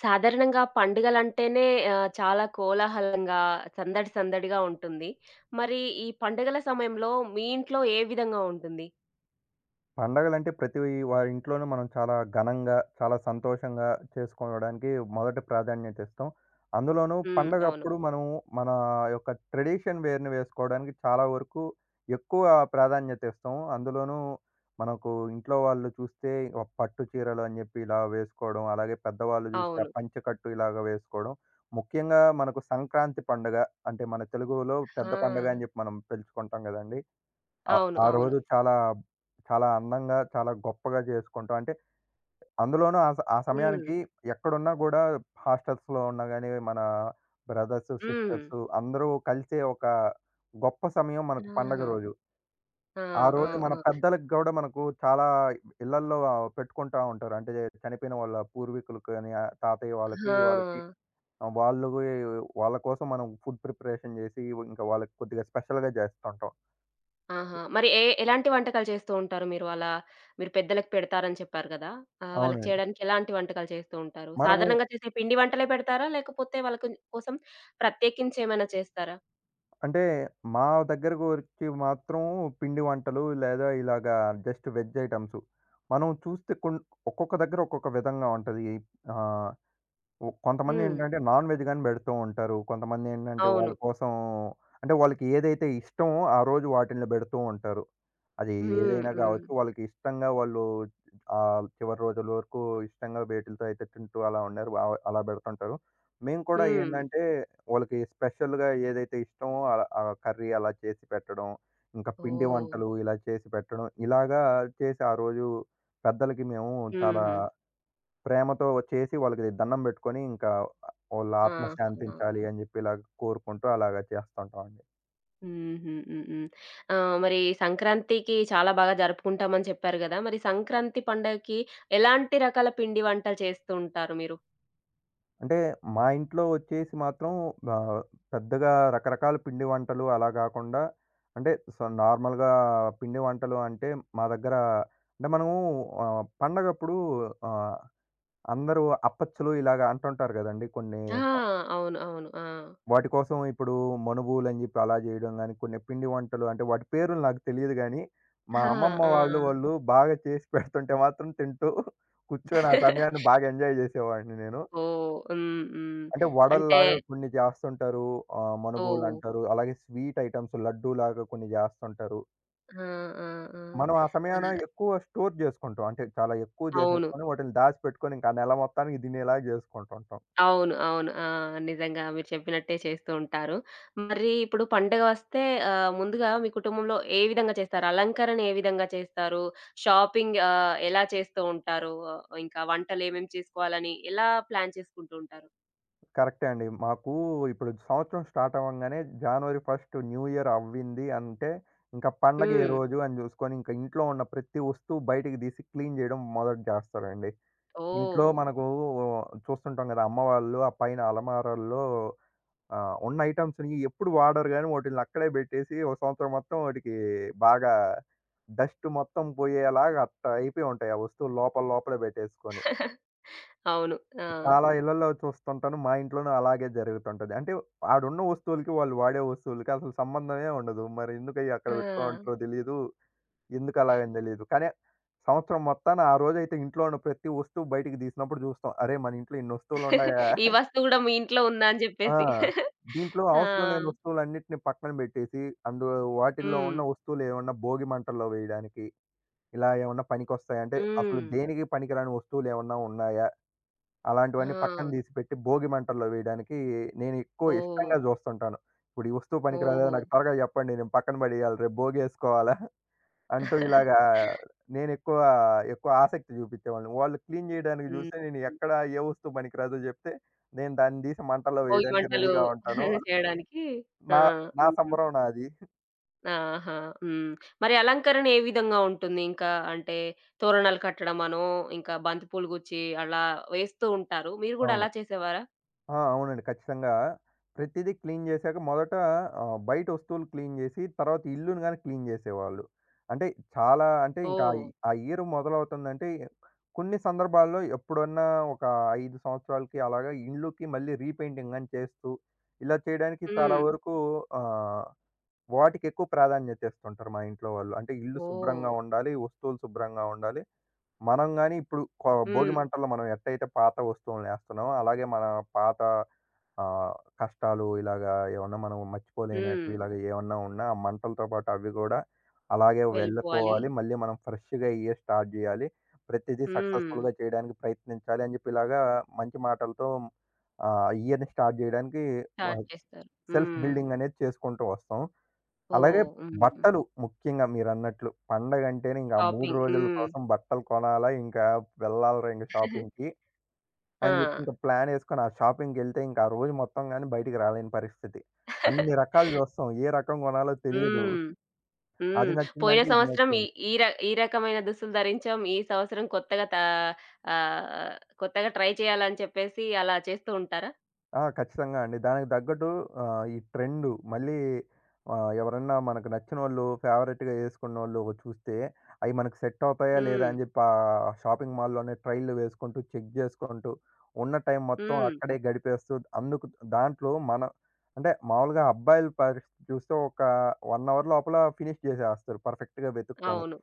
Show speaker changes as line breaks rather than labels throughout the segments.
సాధారణంగా పండుగలంటేనే చాలా కోలాహలంగా, సందడి సందడిగా ఉంటుంది. మరి ఈ పండుగల సమయంలో మీ ఇంట్లో ఏ విధంగా ఉంటుంది?
పండగలంటే ప్రతి వారి ఇంట్లోనూ మనం చాలా ఘనంగా, చాలా సంతోషంగా చేసుకోవడానికి మొదట ప్రాధాన్యత ఇస్తాం. అందులోనూ
హ్మ్. అవును.
పండగప్పుడు మనం మన యొక్క ట్రెడిషన్ వేర్‌ని వేసుకోవడానికి చాలా వరకు ఎక్కువ ప్రాధాన్యత ఇస్తాం. అందులోనూ మనకు ఇంట్లో వాళ్ళు చూస్తే ఒక పట్టు చీరలు అని చెప్పి ఇలా వేసుకోవడం, అలాగే పెద్దవాళ్ళు చూస్తే ఆ
అవును.
పంచెకట్టు ఇలాగ వేసుకోవడం. ముఖ్యంగా మనకు సంక్రాంతి పండుగ అంటే మన తెలుగులో పెద్ద పండగ
ఆ!
అని చెప్పి మనం పిలుచుకుంటాం కదండీ! ఆ
అవును.
ఆ
అవును.
రోజు చాలా, చాలా అందంగా, చాలా గొప్పగా జేసుకుంటాం. అంటే అందులోనూ ఆ
హ్మ్.
సమయానికి ఎక్కడున్నా గూడా హాస్టల్స్‌లో ఉన్నా గాని, మన బ్రదర్స్,
హ్మ్.
సిస్టర్స్ అందరూ కలిసే ఒక గొప్ప సమయం మనకు పండగ
ఆహా!
రోజు.
ఆ!
ఆ
ఆ!
రోజు మన
ఆ!
పెద్దలకి గూడా మనకు చాలా ఇళ్లల్లో పెట్టుకుంటా ఉంటారు. అంటే చనిపోయిన వాళ్ళ పూర్వీకులకి గాని, తాతయ్య వాళ్ళకి, వాళ్ళకి
ఆ!
ఆహ్, వాళ్ళు వాళ్ళ కోసం మనం ఫుడ్ ప్రిపరేషన్ జేసి, ఇంకా వాళ్ళకి కొద్దిగా స్పెషల్‌గా జేస్తుంటాం.
ఆహా! మరి ఎలాంటి వంటకాలు చేస్తూ ఉంటారు మీరు అలా? మీరు పెద్దలకి పెడతారని చెప్పారు కదా! వాళ్ళకి
అవునండి.
చేయడానికి ఎలాంటి వంటకాలు చేస్తూ ఉంటారు?
మనము
సాధారణంగా చేసే పిండి వంటలే పెడతారా? లేకపోతే వాళ్ళ కోసం ప్రత్యేకించి ఏమైనా చేస్తారా?
అంటే మా దగ్గరకు వచ్చి మాత్రం పిండి వంటలు లేదా ఇలాగా జస్ట్ వెజ్ ఐటెమ్స్. మనం చూస్తే ఒక్కొక్క దగ్గర ఒక్కొక్క విధంగా ఉంటది. ఆహ్, ఒ
హ్మ్.
కొంతమందేంటంటే నాన్ వెజ్ గాని పెడుతూ ఉంటారు. కొంతమందేంటంటే వాళ్ళ
అవును.
కోసం అంటే వాళ్ళకి ఏదైతే ఇష్టమో ఆ రోజు వాటిల్ని పెడుతూ ఉంటారు. అది
హ్మ్.
ఏదైనా
హ్మ్.
గావచ్చు. వాళ్ళకి ఇష్టంగా వాళ్ళు చివరి రోజుల వరకు ఇష్టంగా వేటిలతో అయితే తింటూ అలా ఉన్నారు. అలా పెడుతుంటారు. మేము కూడా
హ్మ్.
ఏందంటే వాళ్ళకి స్పెషల్‌గా ఏదైతే ఇష్టమో ఆ కర్రీ అలా చేసి పెట్టడం. ఇంకా పిండి
ఓహ్!
వంటలు ఇలా చేసి పెట్టడం. ఇలాగా చేసి ఆ రోజు పెద్దలకి మేము చాలా
హుహు.
ప్రేమతో చేసి వాళ్ళకి దండం పెట్టుకొని ఇంకా వాళ్ళ ఆత్మ
ఆహా!
శాంతించాలి అని చెప్పి ఇలాగ కోరుకుంటూ అలాగా చేస్తుంటామండి.
హుహు. హుహు. మరి సంక్రాంతికి చాలా బాగా జరుపుకుంటామని చెప్పారు గదా! మరి సంక్రాంతి పండగకి ఎలాంటి రకాల పిండి వంటలు చేస్తూ ఉంటారు మీరు?
అంటే మా ఇంట్లో వచ్చేసి మాత్రం ఆహ్, పెద్దగా రకరకాల పిండి వంటలు అలా గాకుండా అంటే సో, నార్మల్‌గా పిండి వంటలు అంటే మా దగ్గర అంటే మనము పండగప్పుడు ఆహ్, అందరూ అప్పచ్చులు ఇలాగ అంటుంటారు గదండీ. కొన్ని
ఆ! అవును. అవును. ఆ!
వాటి కోసం ఇప్పుడు మనువులని జెప్పి అలా జేయడం గాని, కొన్ని పిండి వంటలు అంటే వాటి పేర్లు నాకు తెలియదు గానీ, మా
ఆ!
అమ్మమ్మ వాళ్ళు,
ఆ!
వాళ్ళు బాగా చేసి పెడుతుంటే మాత్రం తింటూ కూర్చొని ఆ సమయాన్ని బాగా ఎంజాయ్ జేసేవాడిని నేను.
ఓహ్! హ్మ్. హ్మ్.
అంటే
అంటే
వడల్లాగా కొన్ని చేస్తుంటారు.
ఓహ్!
మనుబోలంటారు. అలాగే స్వీట్ ఐటెమ్స్ లడ్డూలాగా కొన్ని చేస్తుంటారు.
ఆ! ఆ! ఆ!
మనం ఆ సమయాన
ఆ!
ఎక్కువ స్టోర్ చేసుకుంటాం. అంటే చాలా ఎక్కువ
అవును.
చేసేసుకొని వాటిని దాచిపెట్టుకొని ఇంకా నెల మొత్తానికి తినేలాగా చేసుకుంటుంటాం.
అవును. అవును. ఆ! నిజంగా మీరు చెప్పినట్టే చేస్తూ ఉంటారు. మరి ఇప్పుడు పండగ వస్తే ముందుగా మీ కుటుంబంలో ఏ విధంగా చేస్తారు? అలంకరణ ఏ విధంగా చేస్తారు? షాపింగ్ ఎలా చేస్తూ ఉంటారు? ఇంకా వంటలు ఏమేమి చేసుకోవాలని ఎలా ప్లాన్ చేసుకుంటూ ఉంటారు?
కరెక్టే అండి. మాకు ఇప్పుడు సంవత్సరం స్టార్ట్ అవ్వంగానే జనవరి 1 న్యూ ఇయర్ అవ్వింది అంటే ఇంకా పండగ ఏ
హ్మ్.
రోజు అని చూసుకొని ఇంకా ఇంట్లో ఉన్న ప్రతి వస్తువు బయటికి తీసి క్లీన్ చేయడం మొదలు చేస్తారండి. ఇంట్లో
ఓహ్!
మనకు చూస్తుంటాం కదా! అమ్మవాళ్ళు ఆ పైన అలమారాల్లో ఆ! ఉన్న ఐటెమ్స్‌ని ఎప్పుడు వాడరు గానీ వాటిల్ని అక్కడే బెట్టేసి ఒక సంవత్సరం మొత్తం వాటికి బాగా డస్ట్ మొత్తం పోయేలాగా అట్టా అయిపోయి ఉంటాయి. ఆ వస్తువులు లోపల లోపలే బెట్టేసుకొని.
అవును. ఆ!
చాలా ఇళ్లల్లో చూస్తుంటాను. మా ఇంట్లోనూ అలాగే జరుగుతుంటది. అంటే ఆడున్న వస్తువులకి, వాళ్ళు వాడే వస్తువులకి అసలు సంబంధమే ఉండదు. మరి ఎందుకయి అక్కడ
ఆ!
బెట్టుకుంటారో తెలీదు. ఎందుకు అలాగని తెలీదు. కానీ సంవత్సరం మొత్తాన ఆ రోజైతే ఇంట్లో ఉన్న ప్రతి వస్తువు బయటికి దీసినప్పుడు జూస్తాం. అరే! మన ఇంట్లో ఇన్ని వస్తువులున్నాయా?
ఈ వస్తువు గూడా మీ ఇంట్లో ఉందా అని
ఆ!
జెప్పేసి.
దీంట్లో
ఆ!
అవసరం లేని వస్తువులన్నిటిని పక్కన బెట్టేసి, అందు వాటిల్లో
హ్మ్.
ఉన్న వస్తువులేమన్నా భోగి మంటల్లో వేయడానికి, ఇలా ఏమన్నా పనికొస్తాయా? అంటే అసలు
హ్మ్.
దేనికి పనికిరాని వస్తువులేమన్నా ఉన్నాయా? అలాంటివన్నీ పక్కన
ఆ!
తీసి పెట్టి భోగి మంటల్లో వేయడానికి నేను ఎక్కువ
ఓహ్!
ఇష్టంగా జూస్తుంటాను. ఇప్పుడు ఈ వస్తువు పనికిరాదా?
ఓహో!
నాకు త్వరగా జెప్పండి. నేను పక్కన బడేయాలి. రేపు భోగేసుకోవాలా? అంటూ ఇలాగా నేనెక్కువ, ఎక్కువ ఎక్కువ ఆసక్తి జూపిచ్చేవాడిని. వాళ్ళు క్లీన్ జేయడానికి
హ్మ్.
జూస్తే నేను ఎక్కడ ఏ వస్తువు పనికిరాదో జెప్తే, నేను దాన్ని దీసి మంటల్లో
భోగి
వేయడానికి
మంటలు
రెడీగా ఉంటాను.
చేయడానికి. ఆ!
నా నా
హ్మ్.
సంబరం నాది.
ఆహా! హ్మ్. మరి అలంకరణ ఏ విధంగా ఉంటుంది? ఇంకా అంటే తోరణాలు కట్టడమనో, ఇంకా బంతి పూలు గుచ్చి అలా వేస్తూ ఉంటారు. మీరు గూడా
అవును.
అలా చేసేవారా?
ఆ! అవునండి. ఖచ్చితంగా. ప్రతిదీ క్లీన్ చేశాక మొదట బయట వస్తువులు క్లీన్ చేసి, తర్వాత ఇల్లుని గాని క్లీన్ చేసేవాళ్ళు. అంటే చాలా అంటే ఇంకా
ఓహ్!
ఆ ఇయర్ మొదలవుతుందంటే కొన్ని సందర్భాల్లో ఎప్పుడన్నా ఒక 5 సంవత్సరాలకి అలాగా ఇండ్లుకి మళ్ళీ రీపెయింటింగ్ అని చేస్తూ, ఇలా చేయడానికి చాలా
హ్మ్.
వరకు ఆహ్, వాటికి ఎక్కువ ప్రాధాన్యత ఇస్తుంటారు మా ఇంట్లో వాళ్ళు. అంటే ఇల్లు
ఓహ్!
శుభ్రంగా ఉండాలి, వస్తువులు శుభ్రంగా ఉండాలి. మనం గాని ఇప్పుడు భోగి
హ్మ్.
మంటల్లో మనం ఎట్టయితే పాత వస్తువులనేస్తున్నామో, అలాగే మన పాత ఆహ్, కష్టాలు ఇలాగా ఏమన్నా మనం
హ్మ్.
మర్చిపోలేనటివి ఇలాగ ఏమన్నా ఉన్నా ఆ మంటలతో పాటు అవి గూడా అలాగే
వెళ్ళిపోవాలి.
వెళ్ళిపోవాలి. మళ్ళీ మనం ఫ్రెష్‌గా అయ్యే స్టార్ట్ జేయాలి. ప్రతిదీ
హ్మ్.
సక్సెస్‌ఫుల్‌గా చేయడానికి ప్రయత్నించాలి అని జెప్పి ఇలాగా మంచి మాటలతో ఇయర్‌ని స్టార్ట్ జేయడానికి
స్టార్ట్
ఆహ్,
చేస్తారు.
సెల్ఫ్
హ్మ్.
బిల్డింగ్ అనేది చేసుకుంటూ వస్తాం. అలాగే
ఓహ్! హ్మ్.
బట్టలు ముఖ్యంగా మీరన్నట్లు పండగంటేనే ఇంక ఆ 3
షాపింగ్.
రోజుల కోసం బట్టలు కొనాలా, ఇంకా వెళ్ళాలిరా ఇంక
హ్మ్.
షాపింగ్‌కి
ఆ!
అని జెప్పి ఇంక ప్లానేసుకొని ఆ షాపింగ్‌కెళ్తే ఇంక ఆ రోజు మొత్తం గానీ బయటికి రాలేని పరిస్థితి. అన్ని రకాలు జూస్తాం. ఏ రకం గొనాలో తెలియదు.
హ్మ్.
అది
హ్మ్. పోయిన
నచ్చిందంటే ఇది
సంవత్సరం ఈ
నచ్చింది.
ఈ ర ఈ రకమైన దుస్తులు ధరించాం. ఈ సంవత్సరం ఆహ్, కొత్తగా ట్రై చేయాలని చెప్పేసి అలా చేస్తూ ఉంటారా?
ఆ! ఖచ్చితంగా అండి. దానికి తగ్గట్టు ఈ ట్రెండు మళ్ళీ ఎవరన్నా మనకు నచ్చినోళ్ళు ఫేవరెట్‌గా ఏసుకున్నోళ్ళు చూస్తే, అయి మనకు సెట్ అవుతాయా లేదా
హ్మ్.
అని చెప్పి షాపింగ్ మాల్‌లోనే ట్రైల్‌లు వేసుకుంటూ, చెక్ చేసుకుంటూ, ఉన్న టైం మొత్తం
హ్మ్.
అక్కడే గడిపేస్తూ, అందుకు దాంట్లో మన అంటే మామూలుగా అబ్బాయిల పరిస్థితి చూస్తే ఒక 1 అవర్ లోపల ఫినిష్ చేసేస్తారు పర్ఫెక్ట్‌గా వెతుక్కొని.
అవును.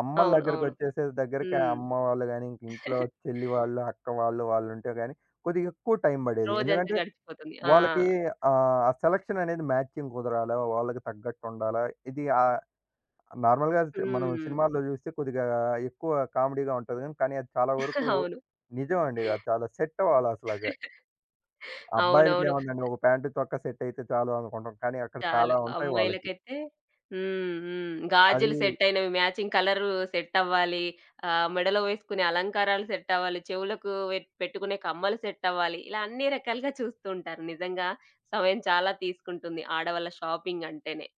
అమ్మల
అవును. అవును.
దగ్గరికొచ్చేసే దగ్గరికి
హ్మ్.
అమ్మ వాళ్ళు గాని, ఇంక ఇంట్లో చెల్లి వాళ్ళు, అక్క వాళ్ళు, వాళ్ళుంటే గాని కొద్దిగా ఎక్కువ టైం పడేది.
రోజంతా
ఎందుకంటే
గడిచిపోతుంది. ఆ!
వాళ్ళకి ఆ సెలక్షన్ అనేది మ్యాచింగ్ కుదరాలా? వాళ్ళకి తగ్గట్టు ఉండాలా? ఇది నార్మల్‌గా మనం
హ్మ్.
సినిమాల్లో చూస్తే కొద్దిగా ఎక్కువ కామెడీగా ఉంటది గానీ, కానీ అది చాలా వరకు
అవును.
నిజం అండి. అది చాలా సెట్ అవ్వాలి అసలగా.
అవునవును.
అబ్బాయిలకేముందండి ఒక ప్యాంటు, చొక్కా సెట్ అయితే చాలు అనుకుంటాం. కానీ అక్కడ
చాలు.
చాలా ఉంటాయి వాళ్ళకి.
అమ్మాయిలకైతే హ్మ్. హ్మ్. గాజులు
అది
సెట్ అయినవి మ్యాచింగ్ కలరు సెట్ అవ్వాలి. మెడలో వేసుకునే అలంకారాలు సెట్ అవ్వాలి. చెవులకు వెట్ పెట్టుకునే కమ్మలు సెట్ అవ్వాలి. ఇలా అన్ని రకాలుగా చూస్తూ ఉంటారు. నిజంగా సమయం చాలా తీసుకుంటుంది. ఆడవాళ్ళ షాపింగ్ అంటేనే.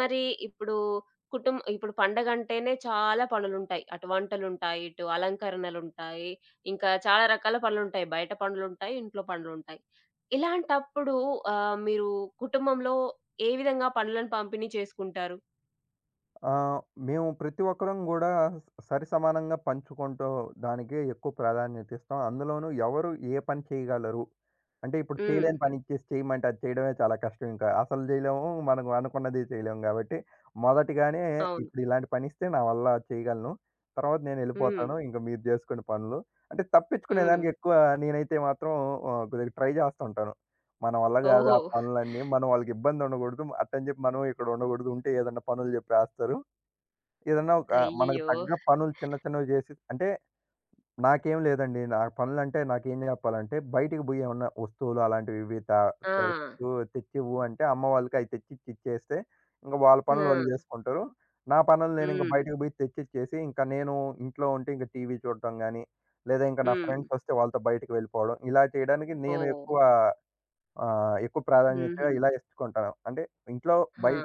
మరి ఇప్పుడు ఇప్పుడు పండగంటేనే చాలా పనులుంటాయి. అటు వంటలుంటాయి, ఇటు అలంకరణలుంటాయి. ఇంకా చాలా రకాల పనులుంటాయి. బయట పనులుంటాయి, ఇంట్లో పనులుంటాయి. ఇలాంటప్పుడు మీరు కుటుంబంలో ఏ విధంగా పనులను పంపిణీ చేసుకుంటారు?
ఆహ్, మేము ప్రతి ఒక్కరం గూడా సరిసమానంగా పంచుకుంటూ దానికే ఎక్కువ ప్రాధాన్యత ఇస్తాం. అందులోనూ ఎవరు ఏ పని చేయగలరు? అంటే ఇప్పుడు
హ్మ్.
చేయలేని పని ఇచ్చేసి చేయమంటే అది చేయడమే చాలా కష్టం ఇంకా. అసలు జేయలేము. మనం అనుకున్నది చేయలేము గాబట్టి, మొదటగానే
అవును.
ఇప్పుడు ఇలాంటి పని ఇస్తే నా వల్ల చేయగలను. తర్వాత
హ్మ్.
నేనెళ్ళిపోతాను. ఇంక మీరు జేసుకునే పనులు. అంటే తప్పించుకునే
హ్మ్.
దానికి ఎక్కువ నేనైతే మాత్రం కొద్దిగా ట్రై జేస్తుంటాను. మన వల్ల గాదు
ఓహో!
ఆ పనులన్నీ. మనం వాళ్ళకి ఇబ్బంది ఉండగూడదు. అట్టని జెప్పి మనం ఇక్కడ ఉండగూడదు. ఉంటే ఏదన్నా పనులు జెప్పేస్తారు. ఏదన్నా ఒక మనకు
అయ్యయ్యో!
తగ్గ పనులు చిన్న చిన్నవి జేసి అంటే నాకేం లేదండి. నా పనులంటే నాకేం జెప్పాలంటే బయటికి బోయి ఏమన్నా వస్తువులు అలాంటివి ఇవి త
ఆ!
తెచ్చు తెచ్చివ్వు అంటే అమ్మ వాళ్ళకి అయి తెచ్చిచ్చి ఇచ్చేస్తే ఇంక వాళ్ళ పనులు వాళ్ళు
ఆ!
జేసుకుంటారు. నా పనులు నేను ఇంక
హ్మ్.
బయటకి బోయి తెచ్చిచ్చేసి ఇంకా నేను ఇంట్లో ఉంటే ఇంక టీవీ చూడటం గానీ, లేదా ఇంకా నా
హ్మ్.
ఫ్రెండ్స్ వస్తే వాళ్ళతో బయటకి వెళ్ళిపోవడం. ఇలా చేయడానికి నేను
ఓహ్!
ఎక్కువ ప్రాధాన్యతగా
హుహు.
ఇలా ఇచ్చుకుంటాను. అంటే ఇంట్లో
ఆ!
బయ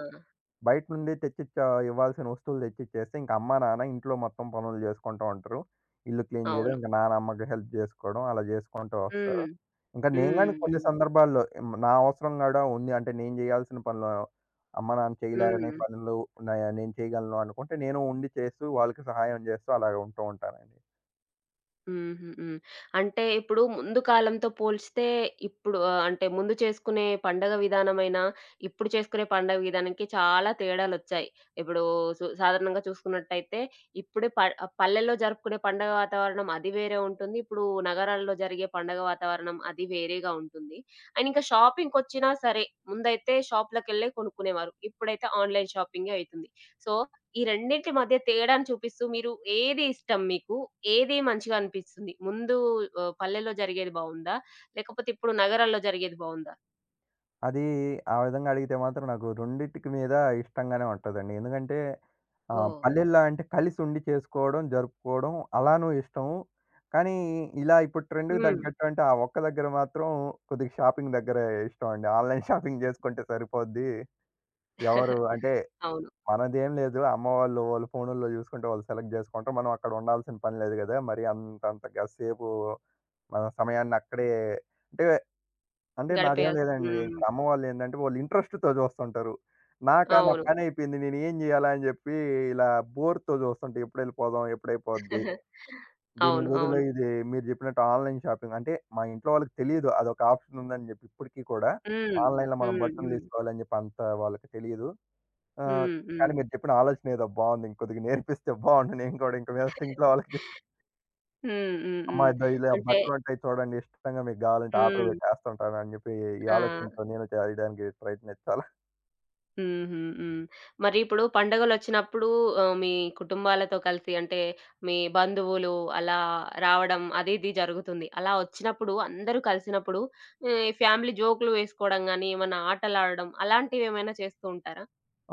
బయట నుండి ఇవ్వాల్సిన వస్తువులు తెచ్చిచ్చేస్తే, ఇంక అమ్మ, నాన్న ఇంట్లో మొత్తం పనులు జేసుకుంటా ఉంటారు. ఇల్లు క్లీన్ జేయడం,
అవును.
ఇంక నాన్న అమ్మకి హెల్ప్ జేసుకోవడం అలా జేసుకుంటూ
హ్మ్.
వస్తారు. ఇంకా నేను గాని
హ్మ్.
కొన్ని
హ్మ్.
సందర్భాల్లో నా అవసరం గూడా ఉంది అంటే, నేను జేయాల్సిన పనులు అమ్మ, నాన్న చేయలేని
హ్మ్.
పనులు నేను చేయగలను అనుకుంటే, నేను ఉండి చేస్తూ వాళ్ళకి సహాయం జేస్తూ అలాగ ఉంటూ ఉంటానండి.
హుహు. హ్మ్. అంటే ఇప్పుడు ముందు కాలంతో పోల్చితే ఇప్పుడు అంటే ముందు చేసుకునే పండగ విధానమైన, ఇప్పుడు చేసుకునే పండగ విధానానికి చాలా తేడాలొచ్చాయి. ఇప్పుడు సాధారణంగా చూసుకున్నట్టయితే ఇప్పుడే పల్లెల్లో జరుపుకునే పండగ వాతావరణం అది వేరే ఉంటుంది. ఇప్పుడు నగరాల్లో జరిగే పండగ వాతావరణం అది వేరేగా ఉంటుంది. అండ్ ఇంకా షాపింగ్‌కొచ్చినా సరే, ముందైతే షాప్‌లకెళ్ళే కొనుక్కునేవారు. ఇప్పుడైతే ఆన్‌లైన్ షాపింగే అయితుంది. సో ఈ రెండిటి మధ్య తేడాను చూపిస్తూ మీరు ఏది ఇష్టం మీకు? ఏది మంచిగా అనిపిస్తుంది? ముందు పల్లెలో జరిగేది బావుందా? లేకపోతే ఇప్పుడు నగరాల్లో జరిగేది బావుందా?
అది ఆ విధంగా అడిగితే మాత్రం నాకు రెండిటికి మీద ఇష్టంగానే ఉంటదండి. ఎందుకంటే
ఓహ్!
పల్లెల్లో అంటే కలిసుండి చేసుకోవడం, జరుపుకోవడం అలానూ ఇష్టం. కానీ ఇలా ఇప్పుడు ట్రెండ్‌కి
హ్మ్.
తగ్గట్టు అంటే ఆ ఒక్క దగ్గర మాత్రం కొద్దిగా షాపింగ్ దగ్గర ఇష్టం అండి. ఆన్‌లైన్ షాపింగ్ చేసుకుంటే సరిపోద్ది. ఎవరు అంటే
అవును.
మనదేం లేదు. అమ్మవాళ్ళు వాళ్ళు వాళ్ళ ఫోనుల్లో చూసుకుంటే వాళ్ళు సెలెక్ట్ చేసుకుంటారు. మనం అక్కడ ఉండాల్సిన పని లేదు గదా! మరి అంతంతగా సేపు మన సమయాన్ని అక్కడే అంటే అంటే నాదేం
గడిపేయాల్సి
లేదండి.
హ్మ్.
ఇప్పుడు అమ్మ వాళ్ళు ఏందంటే వాళ్ళు ఇంట్రెస్ట్‌తో చూస్తుంటారు. నాకా నా
అవును.
పని అయిపోయింది. నేను ఏం చేయాలా అని చెప్పి ఇలా బోర్‌తో చూస్తుంటే ఎప్పుడెళ్ళిపోదాం? ఎప్పుడైపోద్ది? దీనికి
అవును.
బదులు
అవును.
ఇది మీరు చెప్పినట్టు ఆన్‌లైన్ షాపింగ్ అంటే మా ఇంట్లో వాళ్ళకి తెలీదు. అదొక ఆప్షన్ ఉందని చెప్పి ఇప్పటికి కూడా
హ్మ్.
ఆన్‌లైన్‌లో మనం
హ్మ్.
బట్టలు
హ్మ్.
తీసుకోవాలని చెప్పి అంత వాళ్ళకి తెలీదు. ఆహ్,
హ్మ్.
కానీ
హ్మ్.
మీరు చెప్పిన ఆలోచన ఏదో బావుంది. ఇంకొద్దిగా నేర్పిస్తే బావుండు. నేను కూడా ఇంక మీదట ఇంట్లో వాళ్ళకి
హ్మ్. హ్మ్.
అమ్మా!
హ్మ్.
ఇద్దో ఇలా
అంటే
బట్టలు ఉంటాయి చూడండి ఇష్టంగా మీకు గావాలంటే ఆర్డర్
హ్మ్.
పెట్టేస్తుంటాను అని జెప్పి ఈ
ఆ!
ఆలోచనతో నేను చేయడానికి ప్రయత్నించాలా?
హుహు. హ్మ్. మరి ఇప్పుడు పండుగలొచ్చినప్పుడు మీ కుటుంబాలతో కలిసి అంటే మీ బంధువులు అలా రావడం అది ఇది జరుగుతుంది. అలా వచ్చినప్పుడు అందరూ కలిసినప్పుడు ఫ్యామిలీ జోక్‌లు వేసుకోవడం గాని, ఏమన్నా ఆటలాడడం అలాంటివేమైనా చేస్తూ ఉంటారా?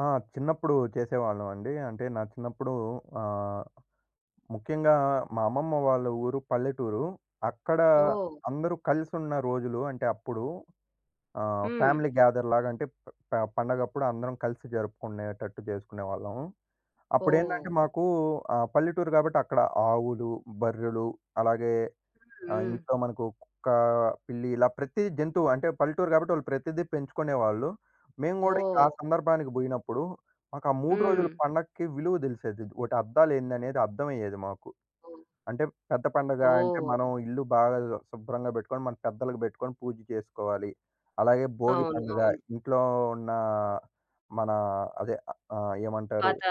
ఆ! చిన్నప్పుడు చేసేవాళ్ళమండి. అంటే నా చిన్నప్పుడు ఆహ్, ముఖ్యంగా మా అమ్మమ్మ వాళ్ళ ఊరు పల్లెటూరు. అక్కడ
ఓహ్!
అందరూ కలిసున్న రోజులు అంటే అప్పుడు
హ్మ్.
ఫ్యామిలీ గ్యాదర్ లాగా అంటే ప ప పండగప్పుడు అందరం కలిసి జరుపుకునేటట్టు చేసుకునేవాళ్ళం.
ఓహ్!
అప్పుడేంటంటే మాకు పల్లెటూరు కాబట్టి అక్కడ ఆవులు, బర్రెలు అలాగే
హ్మ్.
ఇంట్లో మనకు కుక్క, పిల్లి ఇలా ప్రతి జంతువు అంటే పల్లెటూరు కాబట్టి వాళ్ళు ప్రతిదీ పెంచుకునేవాళ్ళు. మేము గూడా ఇంకా
ఓహ్!
ఆ సందర్భానికి బోయినప్పుడు, మాకు ఆ 3
హ్మ్.
రోజుల పండక్కి విలువ దెలిసేది. ఓటి అద్దాలేందనేది అర్థమయ్యేది మాకు. అంటే పెద్ద పండగ అంటే
ఓహ్!
మనం ఇల్లు బాగా శుభ్రంగా బెట్టుకొని, మన పెద్దలకు బెట్టుకొని పూజ చేసుకోవాలి. అలాగే భోగి
అవును.
పండుగ
అవును.
ఇంట్లో ఉన్న మన అదే ఏమంటారు
పాత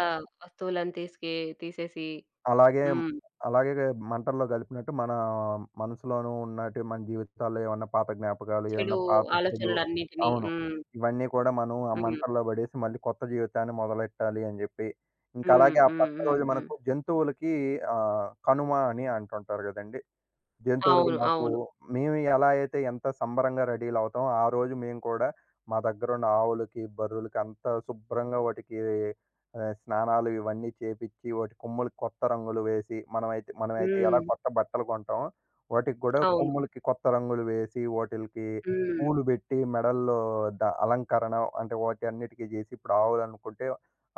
వస్తువులను తీసేసి
అలాగే
హ్మ్.
అలాగే మంటల్లో కలిపినట్టు మన మనసులోనూ ఉన్నట్టు మన జీవితాల్లో ఏమన్నా పాత జ్ఞాపకాలు, ఏమన్నా
చెడు
పాత చెడు
ఆలోచనలన్నిటిని.
అవును.
హ్మ్.
ఇవన్నీ కూడా మనం ఆ
హ్మ్.
మంటల్లో పడేసి మళ్ళీ కొత్త జీవితాన్ని మొదలెట్టాలి అని జెప్పి.
హ్మ్.
ఇంకలాగే ఆ
హ్మ్.
పక్క
హ్మ్.
రోజు
హ్మ్.
మనకు జంతువులకి కనుమ అని అంటుంటారు గదండీ! జంతువులకి
అవును.
మాకు
అవును.
మేము ఎలా అయితే ఎంత సంబరంగా రెడీలు అవుతామో, ఆ రోజు మేము కూడా మా దగ్గరున్న ఆవులకి, బర్రెలకి అంతా శుభ్రంగా వాటికి స్నానాలు ఇవన్నీ చేపిచ్చి, వాటి కొమ్ములకి కొత్త రంగులు వేసి, మనమైతే మనమైతే ఎలా
హ్మ్.
కొత్త బట్టలు కొంటామో, వాటికి కూడా
అవును.
కొమ్ములకి కొత్త రంగులు వేసి, వాటిలకి
హ్మ్.
పూలు పెట్టి, మెడల్లో అలంకరణ అంటే వాటి అన్నిటికి చేసి, ఇప్పుడు ఆవులనుకుంటే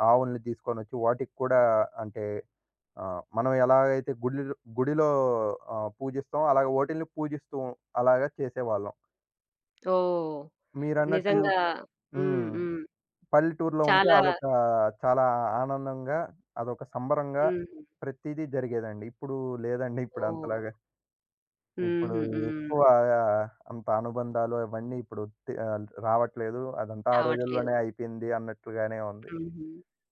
ఆవుల్ని తీసుకొనొచ్చి వాటికి కూడా అంటే ఆ! మనం ఎలాగైతే గుడిలో గుడిలో పూజిస్తామో అలాగే ఓటిలిని పూజిస్తూ అలాగా చేసేవాళ్ళం.
ఓహ్!
మీరన్నట్టు
నిజంగా
హ్మ్.
హ్మ్. హ్మ్.
పల్లెటూరులో ఉంటే
చాలా
అదొక చాలా ఆనందంగా, అదొక సంబరంగా
హ్మ్.
ప్రతీదీ జరిగేదండి. ఇప్పుడు లేదండి ఇప్పుడు
ఓహ్!
అంతలాగా. ఇప్పుడు
హుహు. హ్మ్.
ఎక్కువ అంత అనుబంధాలు అవన్నీ ఇప్పుడు రావట్లేదు. అదంతా ఆ
రావట్లేదు.
రోజుల్లోనే అయిపోయింది అన్నట్లుగానే ఉంది.
హుహు.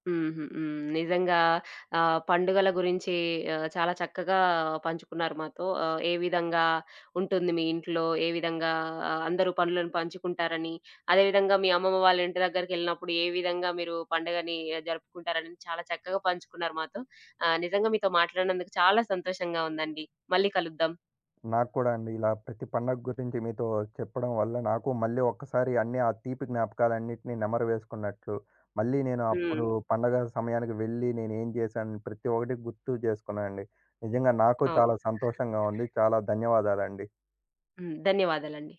హుహు. హ్మ్. నిజంగా పండుగల గురించి చాలా చక్కగా పంచుకున్నారు మాతో. ఏ విధంగా ఉంటుంది మీ ఇంట్లో, ఏ విధంగా అందరూ పనులను పంచుకుంటారని, అదేవిధంగా మీ అమ్మమ్మ వాళ్ళ ఇంటి దగ్గరికెళ్ళినప్పుడు ఏ విధంగా మీరు పండుగని జరుపుకుంటారని చాలా చక్కగా పంచుకున్నారు మాతో. నిజంగా మీతో మాట్లాడినందుకు చాలా సంతోషంగా ఉందండి. మళ్ళీ కలుద్దాం.
నాకు కూడా అండి. ఇలా ప్రతి పండగ గురించి మీతో చెప్పడం వల్ల నాకు మళ్ళీ ఒక్కసారి అన్నీ ఆ తీపి జ్ఞాపకాలన్నిటిని నెమరు వేసుకున్నట్లు, మళ్ళీ నేను
హ్మ్.
అప్పుడు పండగ సమయానికి వెళ్ళి నేనేం చేశాను ప్రతి ఒక్కటి గుర్తు చేసుకున్నానండి. నిజంగా నాకు
అవును.
చాలా సంతోషంగా ఉంది. చాలా ధన్యవాదాలండి.
హ్మ్. ధన్యవాదాలండి.